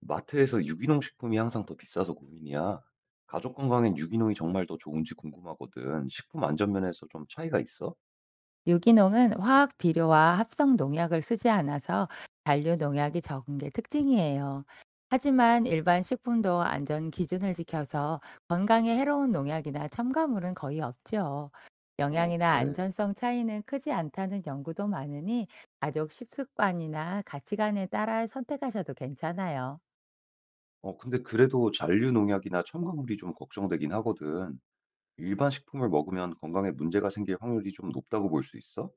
마트에서 유기농 식품이 항상 더 비싸서 고민이야. 가족 건강엔 유기농이 정말 더 좋은지 궁금하거든. 식품 안전 면에서 좀 차이가 있어? 유기농은 화학 비료와 합성 농약을 쓰지 않아서 잔류 농약이 적은 게 특징이에요. 하지만 일반 식품도 안전 기준을 지켜서 건강에 해로운 농약이나 첨가물은 거의 없죠. 어, 영양이나 그래. 안전성 차이는 크지 않다는 연구도 많으니 가족 식습관이나 가치관에 따라 선택하셔도 괜찮아요. 근데 그래도 잔류 농약이나 첨가물이 좀 걱정되긴 하거든. 일반 식품을 먹으면 건강에 문제가 생길 확률이 좀 높다고 볼 수 있어?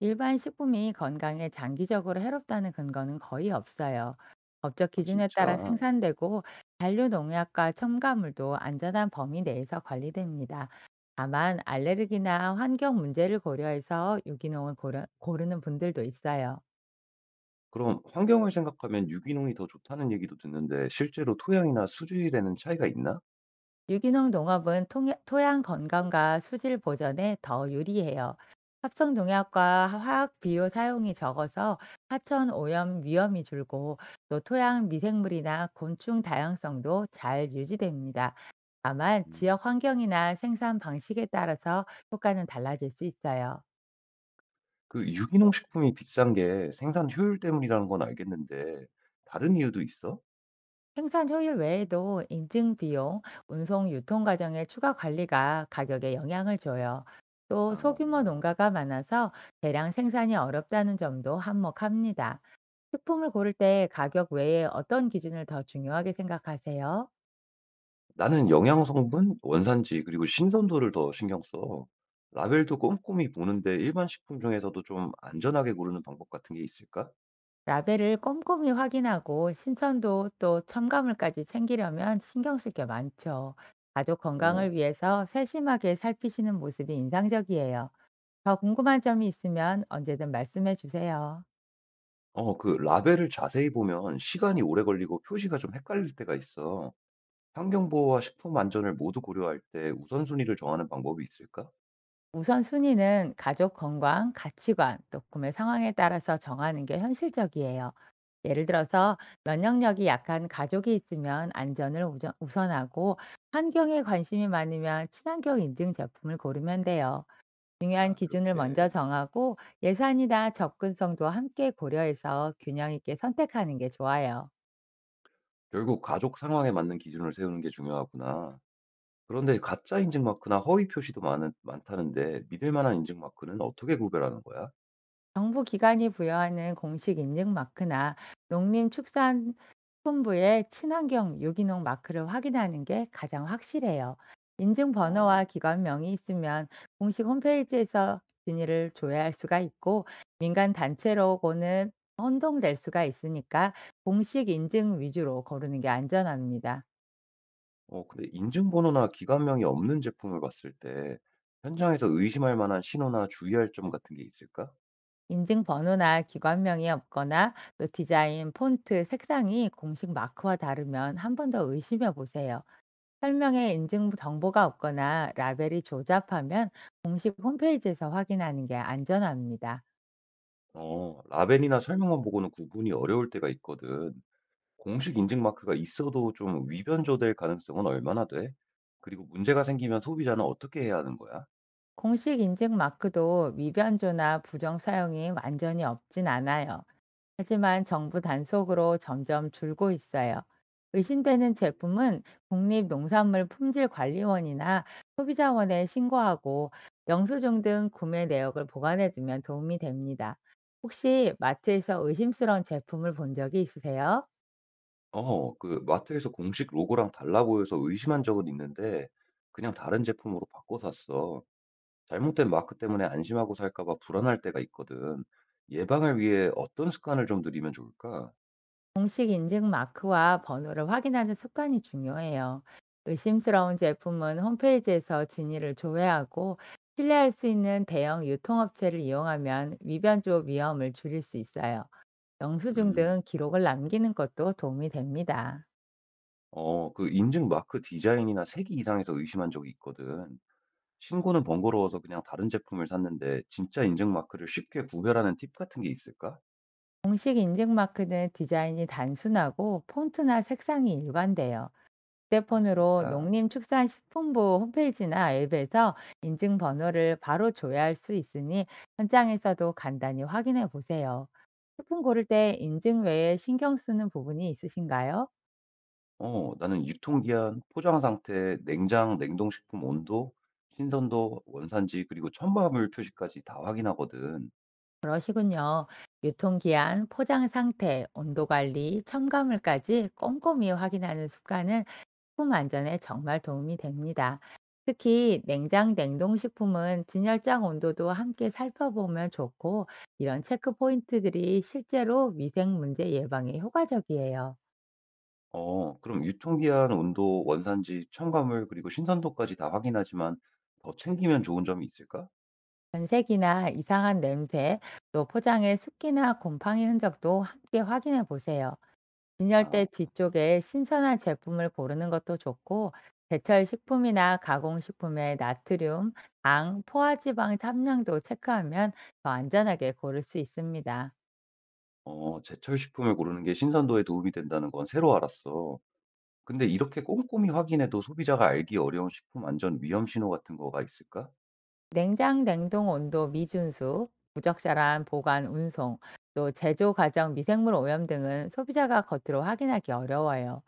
일반 식품이 건강에 장기적으로 해롭다는 근거는 거의 없어요. 법적 아, 기준에 따라 진짜. 생산되고 잔류 농약과 첨가물도 안전한 범위 내에서 관리됩니다. 다만 알레르기나 환경 문제를 고려해서 고르는 분들도 있어요. 그럼 환경을 생각하면 유기농이 더 좋다는 얘기도 듣는데 실제로 토양이나 수질에는 차이가 있나? 유기농 농업은 통 토양 건강과 수질 보전에 더 유리해요. 합성 농약과 화학 비료 사용이 적어서 하천 오염 위험이 줄고 또 토양 미생물이나 곤충 다양성도 잘 유지됩니다. 다만 음, 지역 환경이나 생산 방식에 따라서 효과는 달라질 수 있어요. 그 유기농 식품이 비싼 게 생산 효율 때문이라는 건 알겠는데 다른 이유도 있어? 생산 효율 외에도 인증 비용, 운송 유통 과정의 추가 관리가 가격에 영향을 줘요. 또 소규모 아. 농가가 많아서 대량 생산이 어렵다는 점도 한몫합니다. 식품을 고를 때 가격 외에 어떤 기준을 더 중요하게 생각하세요? 나는 영양 성분, 원산지 그리고 신선도를 더 신경 써. 라벨도 꼼꼼히 보는데 일반 식품 중에서도 좀 안전하게 고르는 방법 같은 게 있을까? 라벨을 꼼꼼히 확인하고 신선도 또 첨가물까지 챙기려면 신경 쓸 게 많죠. 가족 어. 건강을 위해서 세심하게 살피시는 모습이 인상적이에요. 더 궁금한 점이 있으면 언제든 말씀해 주세요. 그 라벨을 자세히 보면 시간이 오래 걸리고 표시가 좀 헷갈릴 때가 있어. 환경 보호와 식품 안전을 모두 고려할 때 우선순위를 정하는 방법이 있을까? 우선순위는 가족 건강, 가치관, 또 구매 상황에 따라서 정하는 게 현실적이에요. 예를 들어서 면역력이 약한 가족이 있으면 우선하고 환경에 관심이 많으면 친환경 인증 제품을 고르면 돼요. 중요한 아, 기준을 먼저 그렇게. 정하고 예산이나 접근성도 함께 고려해서 균형 있게 선택하는 게 좋아요. 결국 가족 상황에 맞는 기준을 세우는 게 중요하구나. 그런데 가짜 인증 마크나 허위 표시도 많다는데 믿을 만한 인증 마크는 어떻게 구별하는 거야? 정부 기관이 부여하는 공식 인증 마크나 농림축산품부의 친환경 유기농 마크를 확인하는 게 가장 확실해요. 인증 어. 번호와 기관명이 있으면 공식 홈페이지에서 진위를 조회할 수가 있고 민간 단체로고는 혼동될 수가 있으니까 공식 인증 위주로 고르는 게 안전합니다. 어 근데 인증번호나 기관명이 없는 제품을 봤을 때 현장에서 의심할 만한 신호나 주의할 점 같은 게 있을까? 인증 번호나 기관명이 없거나 또 디자인, 폰트, 색상이 공식 마크와 다르면 한 번 더 의심해 보세요. 설명에 인증 정보가 없거나 라벨이 조잡하면 공식 홈페이지에서 확인하는 게 안전합니다. 라벨이나 설명만 보고는 구분이 어려울 때가 있거든. 공식 인증 마크가 있어도 좀 위변조될 가능성은 얼마나 돼? 그리고 문제가 생기면 소비자는 어떻게 해야 하는 거야? 공식 인증 마크도 위변조나 부정 사용이 완전히 없진 않아요. 하지만 정부 단속으로 점점 줄고 있어요. 의심되는 제품은 국립농산물품질관리원이나 소비자원에 신고하고 영수증 등 구매 내역을 보관해두면 도움이 됩니다. 혹시 마트에서 의심스러운 제품을 본 적이 있으세요? 그 마트에서 공식 로고랑 달라 보여서 의심한 적은 있는데 그냥 다른 제품으로 바꿔 샀어. 잘못된 마크 때문에 안심하고 살까 봐 불안할 때가 있거든. 예방을 위해 어떤 습관을 좀 들이면 좋을까? 공식 인증 마크와 번호를 확인하는 습관이 중요해요. 의심스러운 제품은 홈페이지에서 진위를 조회하고 신뢰할 수 있는 대형 유통업체를 이용하면 위변조 위험을 줄일 수 있어요. 영수증 음, 등 기록을 남기는 것도 도움이 됩니다. 그 인증 마크 디자인이나 색이 이상해서 의심한 적이 있거든. 신고는 번거로워서 그냥 다른 제품을 샀는데 진짜 인증 마크를 쉽게 구별하는 팁 같은 게 있을까? 공식 인증 마크는 디자인이 단순하고 폰트나 색상이 일관돼요. 아, 휴대폰으로 진짜. 농림축산식품부 홈페이지나 앱에서 인증 번호를 바로 조회할 수 있으니 현장에서도 간단히 확인해 보세요. 식품 고를 때 인증 외에 신경 쓰는 부분이 있으신가요? 어, 나는 유통기한, 포장 상태, 냉장, 냉동식품 온도, 신선도, 원산지, 그리고 첨가물 표시까지 다 확인하거든. 그러시군요. 유통기한, 포장 상태, 온도 관리, 첨가물까지 꼼꼼히 확인하는 습관은 식품 안전에 정말 도움이 됩니다. 특히 냉장 냉동식품은 진열장 온도도 함께 살펴보면 좋고 이런 체크 포인트들이 실제로 위생 문제 예방에 효과적이에요. 어 그럼 유통기한, 온도, 원산지, 첨가물 그리고 신선도까지 다 확인하지만 더 챙기면 좋은 점이 있을까? 변색이나 이상한 냄새, 또 포장의 습기나 곰팡이 흔적도 함께 확인해 보세요. 진열대 아 뒤쪽에 신선한 제품을 고르는 것도 좋고, 제철 식품이나 가공식품의 나트륨, 당, 포화지방 함량도 체크하면 더 안전하게 고를 수 있습니다. 어 제철 식품을 고르는 게 신선도에 도움이 된다는 건 새로 알았어. 근데 이렇게 꼼꼼히 확인해도 소비자가 알기 어려운 식품 안전 위험 신호 같은 거가 있을까? 냉장 냉동 온도 미준수, 부적절한 보관 운송, 또 제조 과정 미생물 오염 등은 소비자가 겉으로 확인하기 어려워요.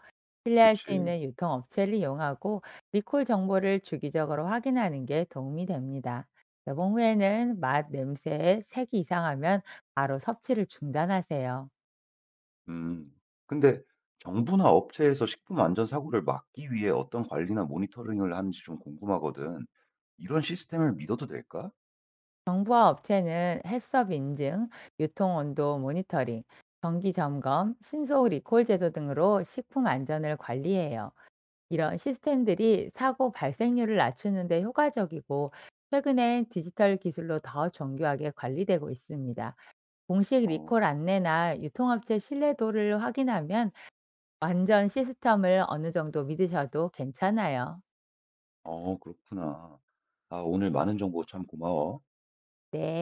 신뢰할 그치. 수 있는 유통 업체를 이용하고 리콜 정보를 주기적으로 확인하는 게 도움이 됩니다. 개봉 후에는 맛, 냄새, 색이 이상하면 바로 섭취를 중단하세요. 음. 근데 정부나 업체에서 식품 안전 사고를 막기 위해 어떤 관리나 모니터링을 하는지 좀 궁금하거든. 이런 시스템을 믿어도 될까? 정부와 업체는 해썹 인증, 유통 온도 모니터링, 정기 점검, 신속 리콜 제도 등으로 식품 안전을 관리해요. 이런 시스템들이 사고 발생률을 낮추는 데 효과적이고 최근엔 디지털 기술로 더 정교하게 관리되고 있습니다. 공식 어. 리콜 안내나 유통업체 신뢰도를 확인하면 완전 시스템을 어느 정도 믿으셔도 괜찮아요. 어 그렇구나. 아, 오늘 많은 정보 참 고마워. 네.